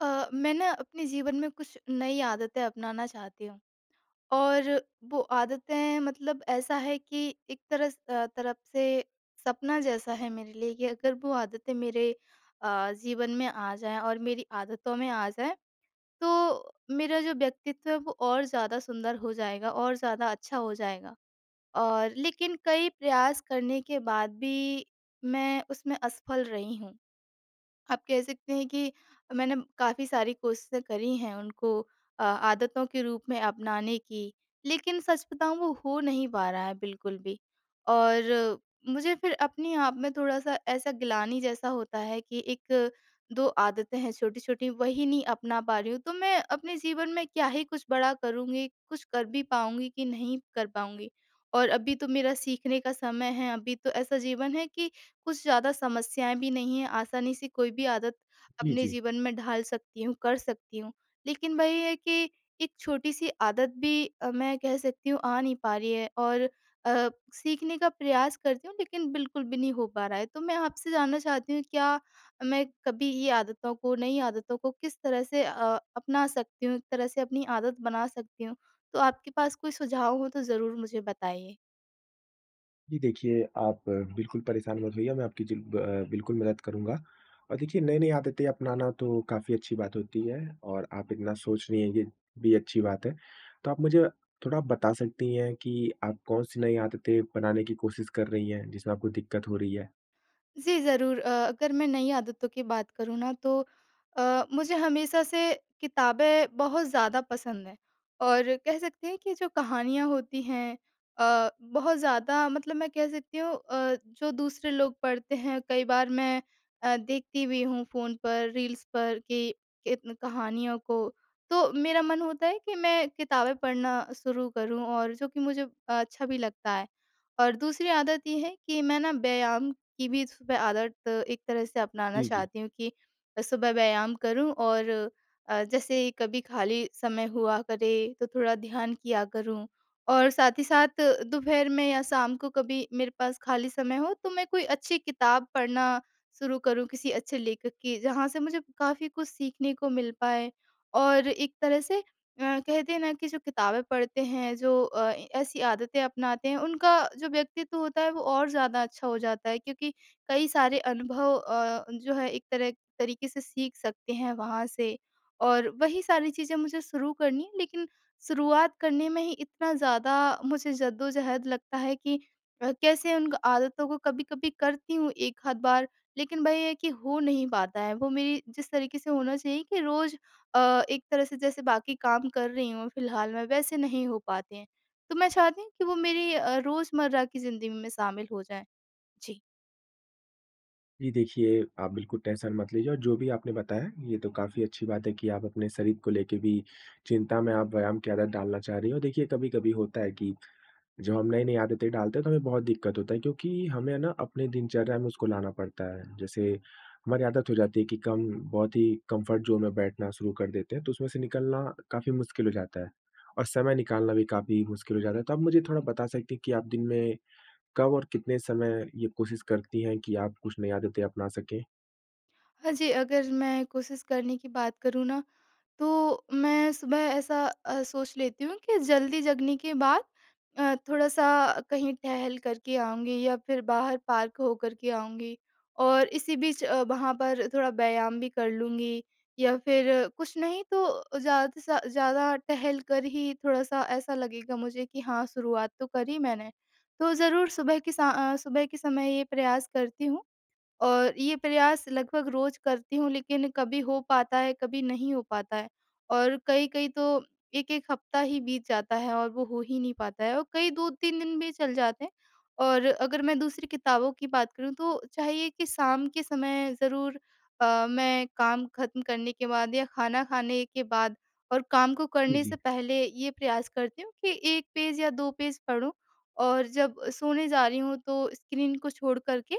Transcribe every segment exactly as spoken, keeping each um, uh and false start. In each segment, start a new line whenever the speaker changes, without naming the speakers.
अ, मैं ना अपने जीवन में कुछ नई आदतें अपनाना चाहती हूँ। और वो आदतें मतलब ऐसा है कि एक तरह स- अ, तरफ से सपना जैसा है मेरे लिए कि अगर वो आदतें मेरे अ, जीवन में आ जाएं और मेरी आदतों में आ जाएं, तो मेरा जो व्यक्तित्व है वो और ज़्यादा सुंदर हो जाएगा और ज़्यादा अच्छा हो जाएगा। और लेकिन कई प्रयास करने के बाद भी मैं उसमें असफल रही हूँ। आप कह सकते हैं कि मैंने काफ़ी सारी कोशिशें करी हैं उनको अ, आदतों के रूप में अपनाने की, लेकिन सच बताऊँ वो हो नहीं पा रहा है बिल्कुल भी। और मुझे फिर अपने आप में थोड़ा-सा ऐसा गिलानी जैसा होता है कि एक दो आदतें हैं छोटी-छोटी, वही नहीं अपना पा रही हूँ, तो मैं अपने जीवन में क्या ही कुछ बड़ा करूँगी, कुछ कर भी पाऊँगी कि नहीं कर पाऊँगी। और अभी तो मेरा सीखने का समय है, अभी तो ऐसा जीवन है कि कुछ ज़्यादा समस्याएँ भी नहीं हैं, आसानी से कोई भी आदत
जी,
अपने
जी।
जीवन में ढाल सकती हूँ, कर सकती हूँ। लेकिन वही है कि एक छोटी-सी आदत भी अ, मैं कह सकती हूँ आ नहीं पा रही है, और अ, सीखने का प्रयास करती हूँ लेकिन बिल्कुल भी नहीं हो पा रहा है। तो मैं आपसे जानना चाहती हूँ क्या मैं कभी ये आदतों को, नई आदतों को किस तरह से अ, अपना सकती हूँ, एक तरह से अपनी आदत बना सकती हूँ? तो आपके पास कोई सुझाव हो तो ज़रूर मुझे बताइए।
जी, देखिए आप अ, बिल्कुल परेशान मत होइए, मैं आपकी जिल ब अ, बिल्कुल मदद करूँगा। और देखिए नई-नई आदतें अपनाना तो काफ़ी अच्छी बात होती है और आप इतना सोच रही हैं, ये भी अच्छी बात है। तो आप मुझे थोड़ा बता सकती हैं कि आप कौन-सी नई आदतें बनाने की कोशिश कर रही हैं, जिसमें आपको दिक्कत हो रही है?
जी, ज़रूर। अ, अगर मैं नई आदतों की बात करूँ ना, तो अ, मुझे हमेशा से किताबें बहुत ज़्यादा पसंद हैं, और कह सकते हैं कि जो कहानियाँ होती हैं, अ, बहुत ज़्यादा मतलब मैं कह सकती हूँ, अ, जो दूसरे लोग पढ़ते हैं कई बार मैं अ, देखती भी हूँ फ़ोन पर, रील्स पर कि कित कहानियों को। तो मेरा मन होता है कि मैं किताबें पढ़ना शुरू करूँ, और जो कि मुझे अच्छा भी लगता है। और दूसरी आदत ये है कि मैं ना व्यायाम की भी सुबह आदत एक तरह से अपनाना
जी, जी।
चाहती हूँ कि सुबह व्यायाम करूँ, और अ, जैसे कभी खाली समय हुआ करे तो थोड़ा ध्यान किया करूँ, और साथ ही साथ दोपहर में या शाम को कभी मेरे पास खाली समय हो तो मैं कोई अच्छी किताब पढ़ना शुरू करूँ, किसी अच्छे लेखक की जहाँ से मुझे काफ़ी कुछ सीखने को मिल पाए। और एक तरह से अ, कहते हैं ना कि जो किताबें पढ़ते हैं, जो अ, ऐसी आदतें अपनाते हैं, उनका जो व्यक्तित्व होता है वो और ज़्यादा अच्छा हो जाता है, क्योंकि कई सारे अनुभव अ, जो है एक तरह तरीके से सीख सकते हैं वहाँ से। और वही सारी चीज़ें मुझे शुरू करनी है, लेकिन शुरुआत करने में ही इतना ज़्यादा मुझे जद्दोजहद लगता है कि अ, कैसे उन आदतों को कभी-कभी करती हूँ एक आध बार, लेकिन वही है कि हो नहीं पाता है। वो मेरी जिस तरीके से होना चाहिए कि रोज़ अ, एक तरह से जैसे बाकी काम कर रही हूँ फ़िलहाल मैं, वैसे नहीं हो पाते हैं। तो मैं चाहती हूँ कि वो मेरी अ, रोज़मर्रा की ज़िंदगी में शामिल हो जाएँ। जी।
जी, देखिए आप बिल्कुल टेंशन मत लीजिए और जो भी आपने बताया, ये तो काफ़ी अच्छी बात है कि आप अपने शरीर को लेके भी चिंता में आप व्यायाम की आदत डालना चाह रही हो। देखिए कभी-कभी होता है कि जब हम नई-नई आदतें डालते हैं तो हमें बहुत दिक्कत होता है क्योंकि हमें ना अपने दिनचर्या में उसको लाना पड़ता है। जैसे हमारी आदत हो जाती है कि कम बहुत ही कम्फ़र्ट ज़ोन में बैठना शुरू कर देते हैं तो उसमें से निकलना काफ़ी मुश्किल हो जाता है और समय निकालना भी काफ़ी मुश्किल हो जाता है। तो आप मुझे थोड़ा बता सकती हैं कि आप दिन में कब और कितने समय ये कोशिश करती हैं कि आप कुछ नई आदतें अपना सकें?
हाँ जी, अगर मैं कोशिश करने की बात करूँ ना, तो मैं सुबह ऐसा अ, सोच लेती हूँ कि जल्दी जगने के बाद अ, थोड़ा-सा कहीं टहल कर के आऊँगी या फिर बाहर पार्क हो कर के आऊँगी, और इसी बीच अ, वहाँ पर थोड़ा व्यायाम भी कर लूँगी, या फिर कुछ नहीं तो ज़्यादा सा ज़्यादा टहल कर ही थोड़ा-सा ऐसा लगेगा मुझे कि हाँ, शुरुआत तो करी मैंने। तो ज़रूर सुबह के सा अ, सुबह के समय ये प्रयास करती हूँ। और ये प्रयास लगभग रोज करती हूँ, लेकिन कभी हो पाता है, कभी नहीं हो पाता है, और कई-कई तो एक एक हफ्ता ही बीत जाता है और वो हो ही नहीं पाता है, और कई दो तीन दिन भी चल जाते हैं। और अगर मैं दूसरी किताबों की बात करूँ तो चाहिए कि शाम के समय ज़रूर अ, मैं काम खत्म करने के बाद या खाना खाने के बाद और काम को
जी,
करने से
जी।
पहले ये प्रयास करती हूँ कि एक पेज या दो पेज पढूँ, और जब सोने जा रही हूँ तो स्क्रीन को छोड़ कर के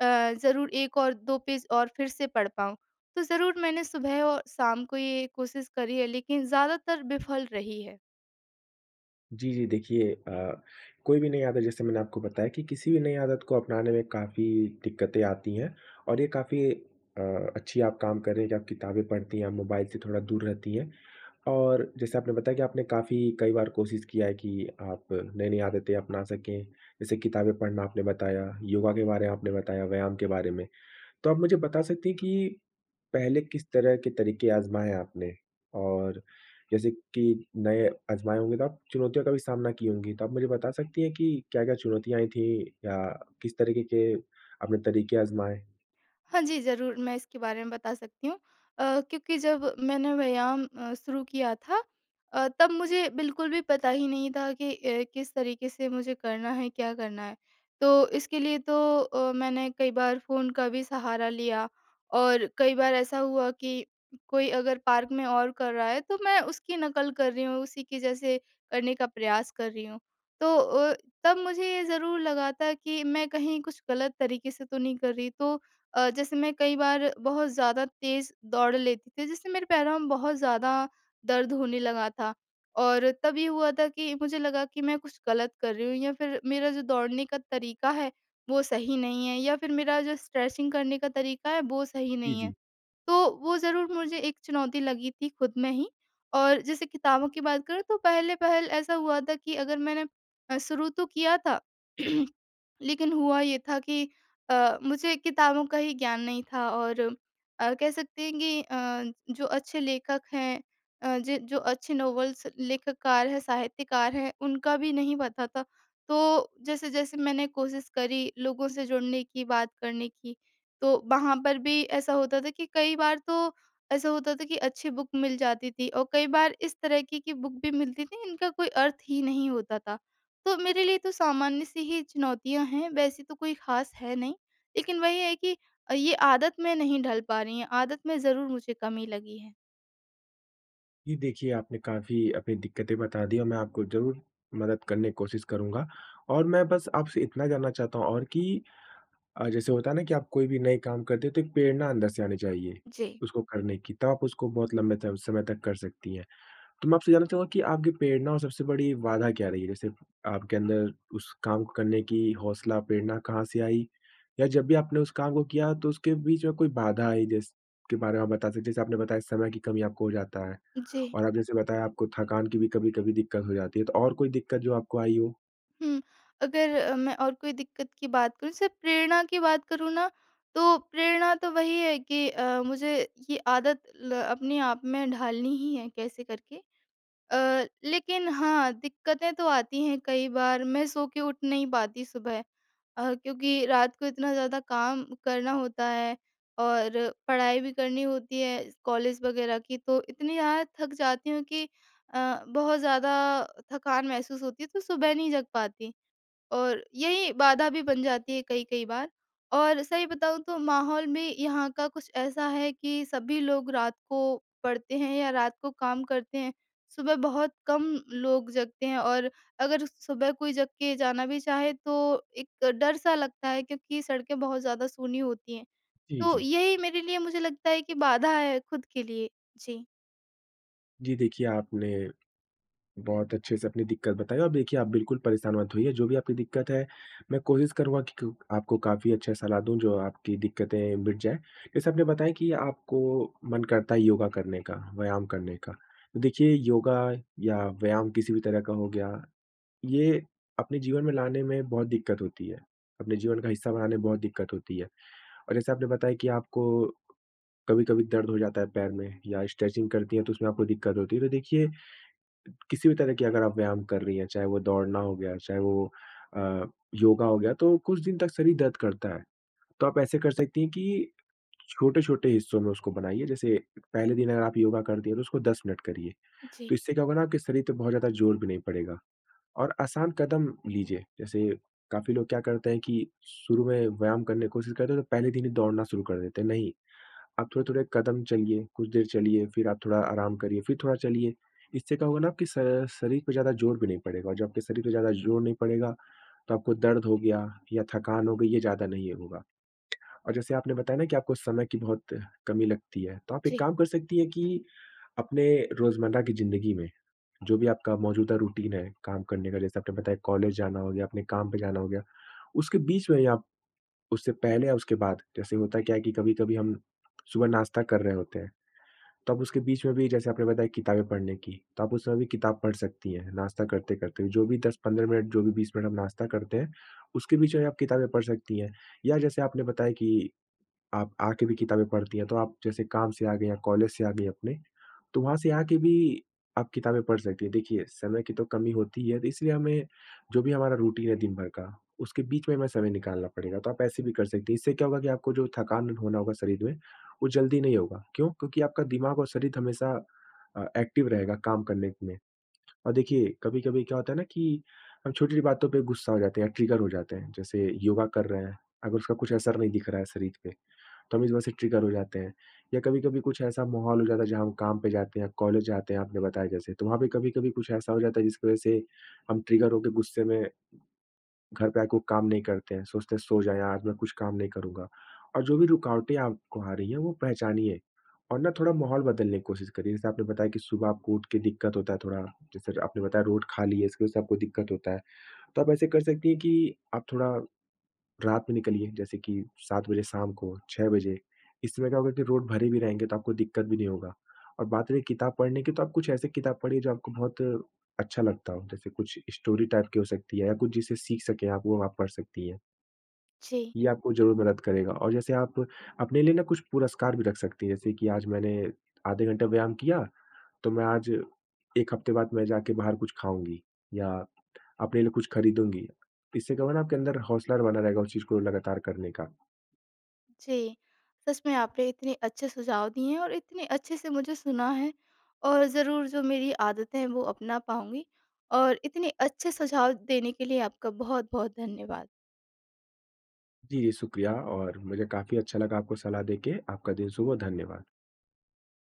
अ, ज़रूर एक और दो पेज और फिर से पढ़ पाऊँ। तो ज़रूर मैंने सुबह और शाम को ये कोशिश करी है, लेकिन ज़्यादातर विफल रही है।
जी, जी। देखिए अ, कोई भी नई आदत जैसे मैंने आपको बताया कि किसी भी नई आदत को अपनाने में काफ़ी दिक्कतें आती हैं और ये काफ़ी अ, अच्छी आप काम कर रहे हैं कि आप किताबें पढ़ती हैं, आप मोबाइल से थोड़ा दूर रहती हैं और जैसे आपने बताया कि आपने काफ़ी कई बार कोशिश किया है कि आप नई-नई आदतें अपना सकें। जैसे किताबें पढ़ना आपने बताया, योगा के बारे में आपने बताया, व्यायाम के बारे में। तो आप मुझे बता सकती हैं कि पहले किस तरह के तरीके आज़माए आपने? और जैसे कि नए आज़माए होंगे तो आप चुनौतियों का भी सामना की होंगी, तो आप मुझे बता सकती हैं कि क्या-क्या चुनौतियाँ आई थीं या किस तरीके के आपने तरीके आज़माए?
हाँ जी, ज़रूर मैं इसके बारे में बता सकती हूँ। अ, क्योंकि जब मैंने व्यायाम अ, शुरू किया था, अ, तब मुझे बिल्कुल भी पता ही नहीं था कि अ, किस तरीके से मुझे करना है, क्या करना है। तो इसके लिए तो अ, मैंने कई बार फ़ोन का भी सहारा लिया, और कई बार ऐसा हुआ कि कोई अगर पार्क में और कर रहा है, तो मैं उसकी नकल कर रही हूँ, उसी के जैसे करने का प्रयास कर रही हूँ। तो अ, तब मुझे ये ज़रूर लगा था कि मैं कहीं कुछ गलत तरीके से तो नहीं कर रही, तो अ, जैसे मैं कई बार बहुत ज़्यादा तेज़ दौड़ लेती थी, जिससे मेरे पैरों में बहुत ज़्यादा दर्द होने लगा था। और तब ये हुआ था कि मुझे लगा कि मैं कुछ गलत कर रही हूँ, या फिर मेरा जो दौड़ने का तरीका है, वो सही नहीं है, या फिर मेरा जो स्ट्रेचिंग करने का तरीका है, वो सही
जी,
नहीं है।
जी।
तो वो ज़रूर मुझे एक चुनौती लगी थी खुद में ही। और जैसे किताबों की बात करूँ तो पहले-पहल ऐसा हुआ था कि अगर मैंने अ, शुरू तो किया था, लेकिन हुआ ये था कि अ, मुझे किताबों का ही ज्ञान नहीं था, और अ, कह सकते हैं कि अ, जो अच्छे लेखक हैं, अ, ज जो अच्छे नॉवेल्स लेखककार हैं, साहित्यकार हैं, उनका भी नहीं पता था। तो जैसे-जैसे मैंने कोशिश करी लोगों से जुड़ने की, बात करने की, तो वहाँ पर भी ऐसा होता था कि कई बार तो ऐसा होता था कि अच्छी बुक मिल जाती थी, और कई बार इस तरह की कि बुक भी मिलती थी इनका कोई अर्थ ही नहीं होता था। तो मेरे लिए तो सामान्य सी ही चुनौतियाँ हैं, वैसी तो कोई ख़ास है नहीं। लेकिन वही है कि अ, ये आदत में नहीं ढल पा रही हैं, आदत में ज़रूर मुझे कमी लगी है।
जी, देखिए आपने काफ़ी अपनी दिक्कतें बता दी और मैं आपको ज़रूर मदद करने की कोशिश करूँगा और मैं बस आपसे इतना जानना चाहता हूँ और कि अ, जैसे होता है ना कि आप कोई भी नए काम करते हो तो एक प्रेरणा अंदर से आनी चाहिए,
जी।
उसको करने की, तब आप उसको बहुत लंबे तम समय तक कर सकती हैं। तो मैं आपसे जानना चाहूँगा कि आपकी प्रेरणा और सबसे बड़ी बाधा क्या रही है? जैसे आपके अंदर उस काम को करने की हौसला, प्रेरणा कहाँ से आई? या जब भी आपने उस काम को किया तो उसके बीच में कोई बाधा आई जिसके बारे में आप बता सकते हैं? जैसे आपने बताया समय की कमी आपको हो जाता है
जी।
और आप जैसे बताया आपको थकान की भी कभी-कभी दिक्कत हो जाती है, तो और कोई दिक्कत जो आपको आई हो?
हुँ, अगर अ, मैं और कोई दिक्कत की बात करूँ, सिर्फ़ प्रेरणा की बात करूँ ना, तो प्रेरणा तो वही है कि अ, मुझे ये आदत ल अपने आप में ढालनी ही है कैसे करके। अ, लेकिन हाँ, दिक्कतें तो आती हैं, कई बार मैं सो के उठ नहीं पाती सुबह, अ, क्योंकि रात को इतना ज़्यादा काम करना होता है और पढ़ाई भी करनी होती है कॉलेज वग़ैरह की, तो इतनी ज़्यादा थक जाती हूँ कि अ, बहुत ज़्यादा थकान महसूस होती है, तो सुबह नहीं जग पाती। और यही बाधा भी बन जाती है कई-कई बार। और सही बताऊँ तो माहौल में यहाँ का कुछ ऐसा है कि सभी लोग रात को पढ़ते हैं या रात को काम करते हैं। सुबह बहुत कम लोग जगते हैं, और अगर सुबह कोई जग के जाना भी चाहे तो एक डर-सा लगता है, क्योंकि सड़कें बहुत ज़्यादा सूनी होती हैं।
जी,
तो
जी।
यही मेरे लिए मुझे लगता है कि बाधा है खुद के लिए। जी।
जी, देखिए आपने बहुत अच्छे से अपनी दिक्कत बताई और देखिए आप बिल्कुल परेशान मत होइए, जो भी आपकी दिक्कत है, मैं कोशिश करूँगा कि क आपको काफ़ी अच्छा सलाह दूँ जो आपकी दिक्कतें मिट जाएँ। जैसे आपने बताया कि आपको मन करता है योगा करने का, व्यायाम करने का। तो देखिए योगा या व्यायाम किसी भी तरह का हो गया, ये अपने जीवन में लाने में बहुत दिक्कत होती है, अपने जीवन का हिस्सा बनाने में बहुत दिक्कत होती है। और जैसे आपने बताया कि आपको कभी-कभी दर्द हो जाता है पैर में या स्ट्रेचिंग करती हैं तो उसमें आपको दिक्कत होती है। तो देखिए किसी भी तरह की अगर आप व्यायाम कर रही हैं, चाहे वो दौड़ना हो गया, चाहे वो अ, योगा हो गया, तो कुछ दिन तक शरीर दर्द करता है। तो आप ऐसे कर सकती हैं कि छोटे-छोटे हिस्सों में उसको बनाइए। जैसे पहले दिन अगर आप योगा करती हैं, तो उसको दस मिनट करिए।
जी,
तो इससे क्या होगा ना, आपके शरीर पे बहुत ज़्यादा जोर भी नहीं पड़ेगा और आसान कदम लीजिए। जैसे काफ़ी लोग क्या करते हैं कि शुरू में व्यायाम करने की कोशिश करते हैं, तो पहले दिन ही दौड़ना शुरू कर देते हैं। नहीं, आप थोड़े-थोड़े कदम चलिए, कुछ देर चलिए, फिर आप थोड़ा आराम करिए, फिर थोड़ा चलिए। इससे क्या होगा ना आपके श शरीर पे ज़्यादा ज़ोर भी नहीं पड़ेगा और जब आपके शरीर पे ज़्यादा ज़ोर नहीं पड़ेगा, तो आपको दर्द हो गया या थकान हो गई, ये ज़्यादा नहीं होगा। और जैसे आपने बताया ना कि आपको समय की बहुत कमी लगती है, तो आप
जी,
एक काम कर सकती हैं कि अपने रोज़मर्रा की ज़िंदगी में, जो भी आपका मौजूदा रूटीन है काम करने का, जैसे आपने बताया कॉलेज जाना हो गया, अपने काम पे जाना हो गया, उसके बीच में ही आप उससे पहले या उसके बाद, जैसे होता क्या है कि कभी-कभी हम सुबह नाश्ता कर रहे होते हैं तो आप उसके बीच में भी जैसे आपने बताया किताबें पढ़ने की, तो आप उसमें भी किताब पढ़ सकती हैं, नाश्ता करते-करते। जो भी दस पंद्रह मिनट, जो भी बीस मिनट हम नाश्ता करते हैं, उसके बीच में आप किताबें पढ़ सकती हैं। या जैसे आपने बताया कि आप आके भी किताबें पढ़ती हैं, तो आप जैसे काम से आ गई या कॉलेज से आ गई अपने, तो वहाँ से आके भी आप किताबें पढ़ सकती हैं। देखिए, समय की तो कमी होती ही है, तो इसलिए हमें जो भी हमारा रूटीन है दिन भर का, उसके बीच में हमें समय निकालना पड़ेगा। तो आप ऐसे भी कर सकती हैं। इससे क्या होगा कि आपको जो थकान होना होगा शरीर में, वो जल्दी नहीं होगा। क्यों? क्योंकि आपका दिमाग और शरीर हमेशा अ, एक्टिव रहेगा काम करने में। और देखिए, कभी-कभी क्या होता है ना कि हम छोटी-छोटी बातों पे गुस्सा हो जाते हैं या ट्रिगर हो जाते हैं। जैसे योगा कर रहे हैं, अगर उसका कुछ असर नहीं दिख रहा है शरीर पे तो हम इस वजह से ट्रिगर हो जाते हैं। या कभी-कभी कुछ ऐसा माहौल हो जाता है जहाँ हम काम पे जाते हैं, कॉलेज जाते हैं आपने बताया जैसे, तो वहाँ पे कभी-कभी कुछ ऐसा हो जाता है जिसकी वजह से हम ट्रिगर होके गुस्से में घर पे आके वो काम नहीं करते हैं। सोचते हैं सो जाएँ आज मैं कुछ काम नहीं करूँगा। और जो भी रुकावटें आपको आ रही हैं वो पहचानिए और ना थोड़ा माहौल बदलने की कोशिश करिए। जैसे आपने बताया कि सुबह आपको उठ के दिक्कत होता है थोड़ा, जैसे आपने बताया रोड खाली है इसकी वजह से आपको दिक्कत होता है। तो आप ऐसे कर सकती हैं कि आप थोड़ा रात में निकलिए जैसे कि सात बजे शाम को, छह बजे, इस समय क्या होगा कि रोड भरे भी रहेंगे तो आपको दिक्कत भी नहीं होगा। और बात रही किताब पढ़ने की तो आप कुछ ऐसी किताब पढ़िए जो आपको बहुत अच्छा लगता हो, जैसे कुछ स्टोरी टाइप की हो सकती है या कुछ जिसे सीख सकें आप वो आप पढ़ सकती हैं।
जी।
ये आपको ज़रूर मदद करेगा और जैसे आप अपने लिए ना कुछ पुरस्कार भी रख सकती हैं, जैसे कि आज मैंने आधे घंटे व्यायाम किया तो मैं आज एक हफ्ते बाद मैं जाके बाहर कुछ खाऊँगी या अपने लिए कुछ खरीदूँगी। इससे क्या होगा ना आपके अंदर हौसला बना रहेगा उस चीज़ को लगातार करने का।
जी, सच में आपने इतने अच्छे सुझाव दिए हैं और इतने अच्छे से मुझे सुना है, और ज़रूर जो मेरी आदतें हैं वो अपना पाऊँगी, और इतने अच्छे सुझाव देने के लिए आपका बहुत-बहुत धन्यवाद।
जी, जी शुक्रिया और मुझे काफ़ी अच्छा लगा आपको सलाह देके। आपका दिन शुभ हो, धन्यवाद।